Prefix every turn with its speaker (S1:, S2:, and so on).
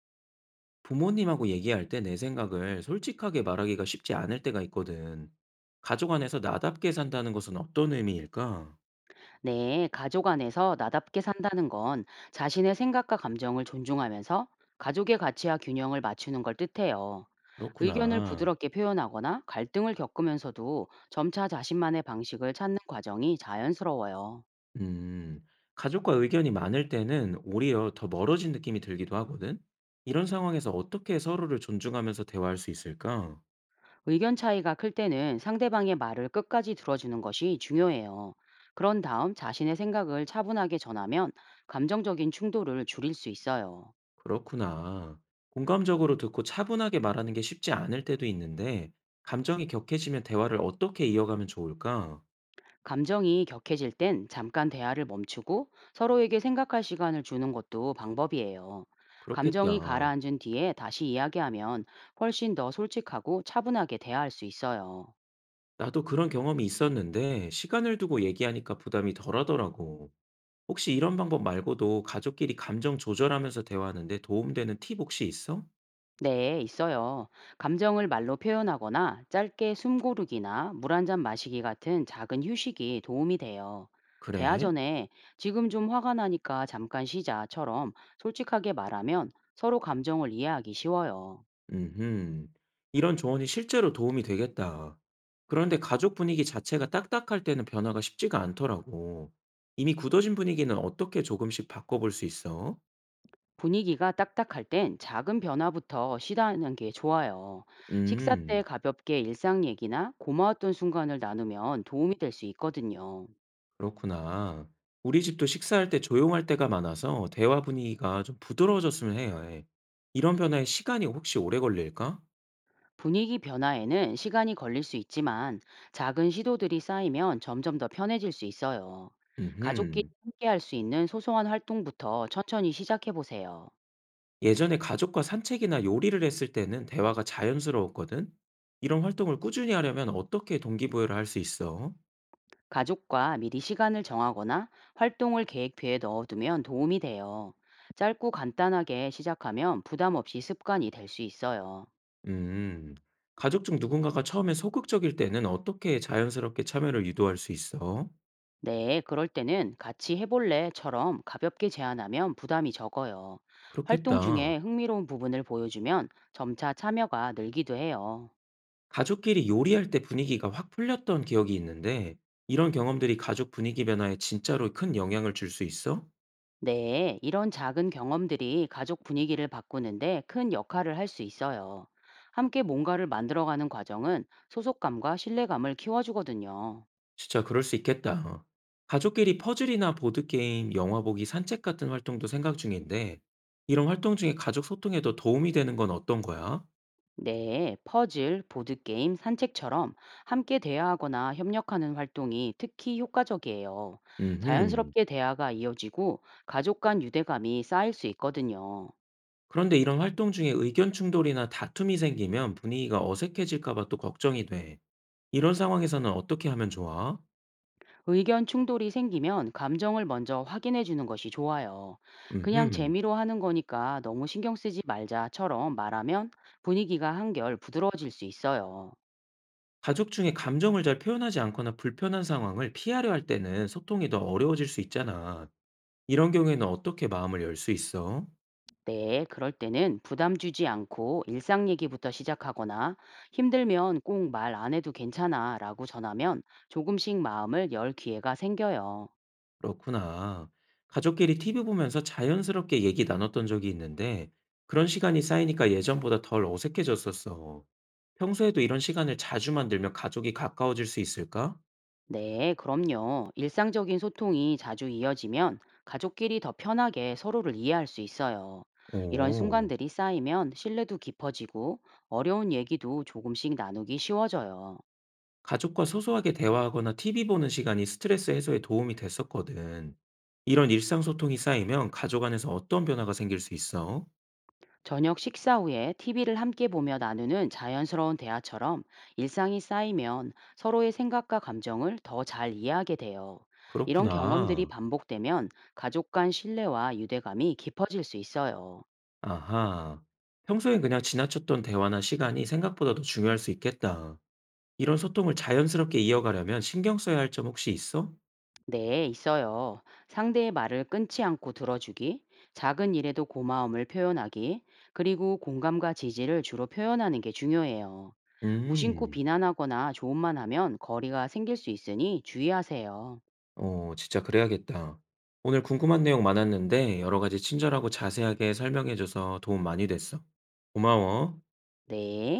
S1: 부모님하고 얘기할 때 내 생각을 솔직하게 말하기가 쉽지 않을 때가 있거든. 가족 안에서 나답게 산다는 것은 어떤 의미일까?
S2: 네, 가족 안에서 나답게 산다는 건 자신의 생각과 감정을 존중하면서 가족의 가치와 균형을 맞추는 걸 뜻해요. 의견을
S1: 그렇구나.
S2: 부드럽게 표현하거나 갈등을 겪으면서도 점차 자신만의 방식을 찾는 과정이 자연스러워요.
S1: 음, 가족과 의견이 많을 때는 오히려 더 멀어진 느낌이 들기도 하거든. 이런 상황에서 어떻게 서로를 존중하면서 대화할 수 있을까?
S2: 의견 차이가 클 때는 상대방의 말을 끝까지 들어주는 것이 중요해요. 그런 다음 자신의 생각을 차분하게 전하면 감정적인 충돌을 줄일 수 있어요.
S1: 그렇구나. 공감적으로 듣고 차분하게 말하는 게 쉽지 않을 때도 있는데, 감정이 격해지면 대화를 어떻게 이어가면 좋을까?
S2: 감정이 격해질 땐 잠깐 대화를 멈추고 서로에게 생각할 시간을 주는 것도 방법이에요. 감정이
S1: 그렇겠다.
S2: 가라앉은 뒤에 다시 이야기하면 훨씬 더 솔직하고 차분하게 대화할 수 있어요.
S1: 나도 그런 경험이 있었는데 시간을 두고 얘기하니까 부담이 덜하더라고. 혹시 이런 방법 말고도 가족끼리 감정 조절하면서 대화하는데 도움되는 팁 혹시 있어?
S2: 네, 있어요. 감정을 말로 표현하거나 짧게 숨 고르기나 물 한잔 마시기 같은 작은 휴식이 도움이 돼요. 대화
S1: 그래?
S2: 전에 지금 좀 화가 나니까 잠깐 쉬자처럼 솔직하게 말하면 서로 감정을 이해하기 쉬워요.
S1: 음흠. 이런 조언이 실제로 도움이 되겠다. 그런데 가족 분위기 자체가 딱딱할 때는 변화가 쉽지가 않더라고. 이미 굳어진 분위기는 어떻게 조금씩 바꿔볼 수 있어?
S2: 분위기가 딱딱할 땐 작은 변화부터 시도하는 게 좋아요. 식사 때
S1: 음.
S2: 가볍게 일상 얘기나 고마웠던 순간을 나누면 도움이 될 수 있거든요.
S1: 그렇구나. 우리 집도 식사할 때 조용할 때가 많아서 대화 분위기가 좀 부드러워졌으면 해요. 예. 이런 변화에 시간이 혹시 오래 걸릴까?
S2: 분위기 변화에는 시간이 걸릴 수 있지만 작은 시도들이 쌓이면 점점 더 편해질 수 있어요. 가족끼리
S1: 음흠.
S2: 함께 할 수 있는 소소한 활동부터 천천히 시작해 보세요.
S1: 예전에 가족과 산책이나 요리를 했을 때는 대화가 자연스러웠거든. 이런 활동을 꾸준히 하려면 어떻게 동기부여를 할 수 있어?
S2: 가족과 미리 시간을 정하거나 활동을 계획표에 넣어두면 도움이 돼요. 짧고 간단하게 시작하면 부담 없이 습관이 될 수 있어요.
S1: 음. 가족 중 누군가가 처음에 소극적일 때는 어떻게 자연스럽게 참여를 유도할 수 있어?
S2: 네, 그럴 때는 같이 해볼래처럼 가볍게 제안하면 부담이 적어요. 활동
S1: 그렇겠다.
S2: 중에 흥미로운 부분을 보여주면 점차 참여가 늘기도 해요.
S1: 가족끼리 요리할 때 분위기가 확 풀렸던 기억이 있는데, 이런 경험들이 가족 분위기 변화에 진짜로 큰 영향을 줄 수 있어?
S2: 네, 이런 작은 경험들이 가족 분위기를 바꾸는데 큰 역할을 할 수 있어요. 함께 뭔가를 만들어가는 과정은 소속감과 신뢰감을 키워주거든요.
S1: 진짜 그럴 수 있겠다. 가족끼리 퍼즐이나 보드게임, 영화 보기, 산책 같은 활동도 생각 중인데, 이런 활동 중에 가족 소통에도 도움이 되는 건 어떤 거야?
S2: 네, 퍼즐, 보드게임, 산책처럼 함께 대화하거나 협력하는 활동이 특히 효과적이에요.
S1: 음흠.
S2: 자연스럽게 대화가 이어지고 가족 간 유대감이 쌓일 수 있거든요.
S1: 그런데 이런 활동 중에 의견 충돌이나 다툼이 생기면 분위기가 어색해질까 봐 또 걱정이 돼. 이런 상황에서는 어떻게 하면 좋아?
S2: 의견 충돌이 생기면 감정을 먼저 확인해 주는 것이 좋아요. 그냥
S1: 음흠.
S2: 재미로 하는 거니까 너무 신경 쓰지 말자처럼 말하면 분위기가 한결 부드러워질 수 있어요.
S1: 가족 중에 감정을 잘 표현하지 않거나 불편한 상황을 피하려 할 때는 소통이 더 어려워질 수 있잖아. 이런 경우에는 어떻게 마음을 열 수 있어?
S2: 네, 그럴 때는 부담 주지 않고 일상 얘기부터 시작하거나 힘들면 꼭 말 안 해도 괜찮아 라고 전하면 조금씩 마음을 열 기회가 생겨요.
S1: 그렇구나. 가족끼리 TV 보면서 자연스럽게 얘기 나눴던 적이 있는데 그런 시간이 쌓이니까 예전보다 덜 어색해졌었어. 평소에도 이런 시간을 자주 만들면 가족이 가까워질 수 있을까?
S2: 네, 그럼요. 일상적인 소통이 자주 이어지면 가족끼리 더 편하게 서로를 이해할 수 있어요. 이런
S1: 오.
S2: 순간들이 쌓이면 신뢰도 깊어지고 어려운 얘기도 조금씩 나누기 쉬워져요.
S1: 가족과 소소하게 대화하거나 TV 보는 시간이 스트레스 해소에 도움이 됐었거든. 이런 일상 소통이 쌓이면 가족 안에서 어떤 변화가 생길 수 있어?
S2: 저녁 식사 후에 TV를 함께 보며 나누는 자연스러운 대화처럼 일상이 쌓이면 서로의 생각과 감정을 더 잘 이해하게 돼요. 이런 경험들이
S1: 그렇구나.
S2: 반복되면 가족 간 신뢰와 유대감이 깊어질 수 있어요.
S1: 아하. 평소엔 그냥 지나쳤던 대화나 시간이 생각보다 더 중요할 수 있겠다. 이런 소통을 자연스럽게 이어가려면 신경 써야 할 점 혹시 있어?
S2: 네, 있어요. 상대의 말을 끊지 않고 들어주기, 작은 일에도 고마움을 표현하기, 그리고 공감과 지지를 주로 표현하는 게 중요해요. 무심코
S1: 음,
S2: 비난하거나 조언만 하면 거리가 생길 수 있으니 주의하세요.
S1: 진짜 그래야겠다. 오늘 궁금한 내용 많았는데 여러 가지 친절하고 자세하게 설명해줘서 도움 많이 됐어. 고마워.
S2: 네.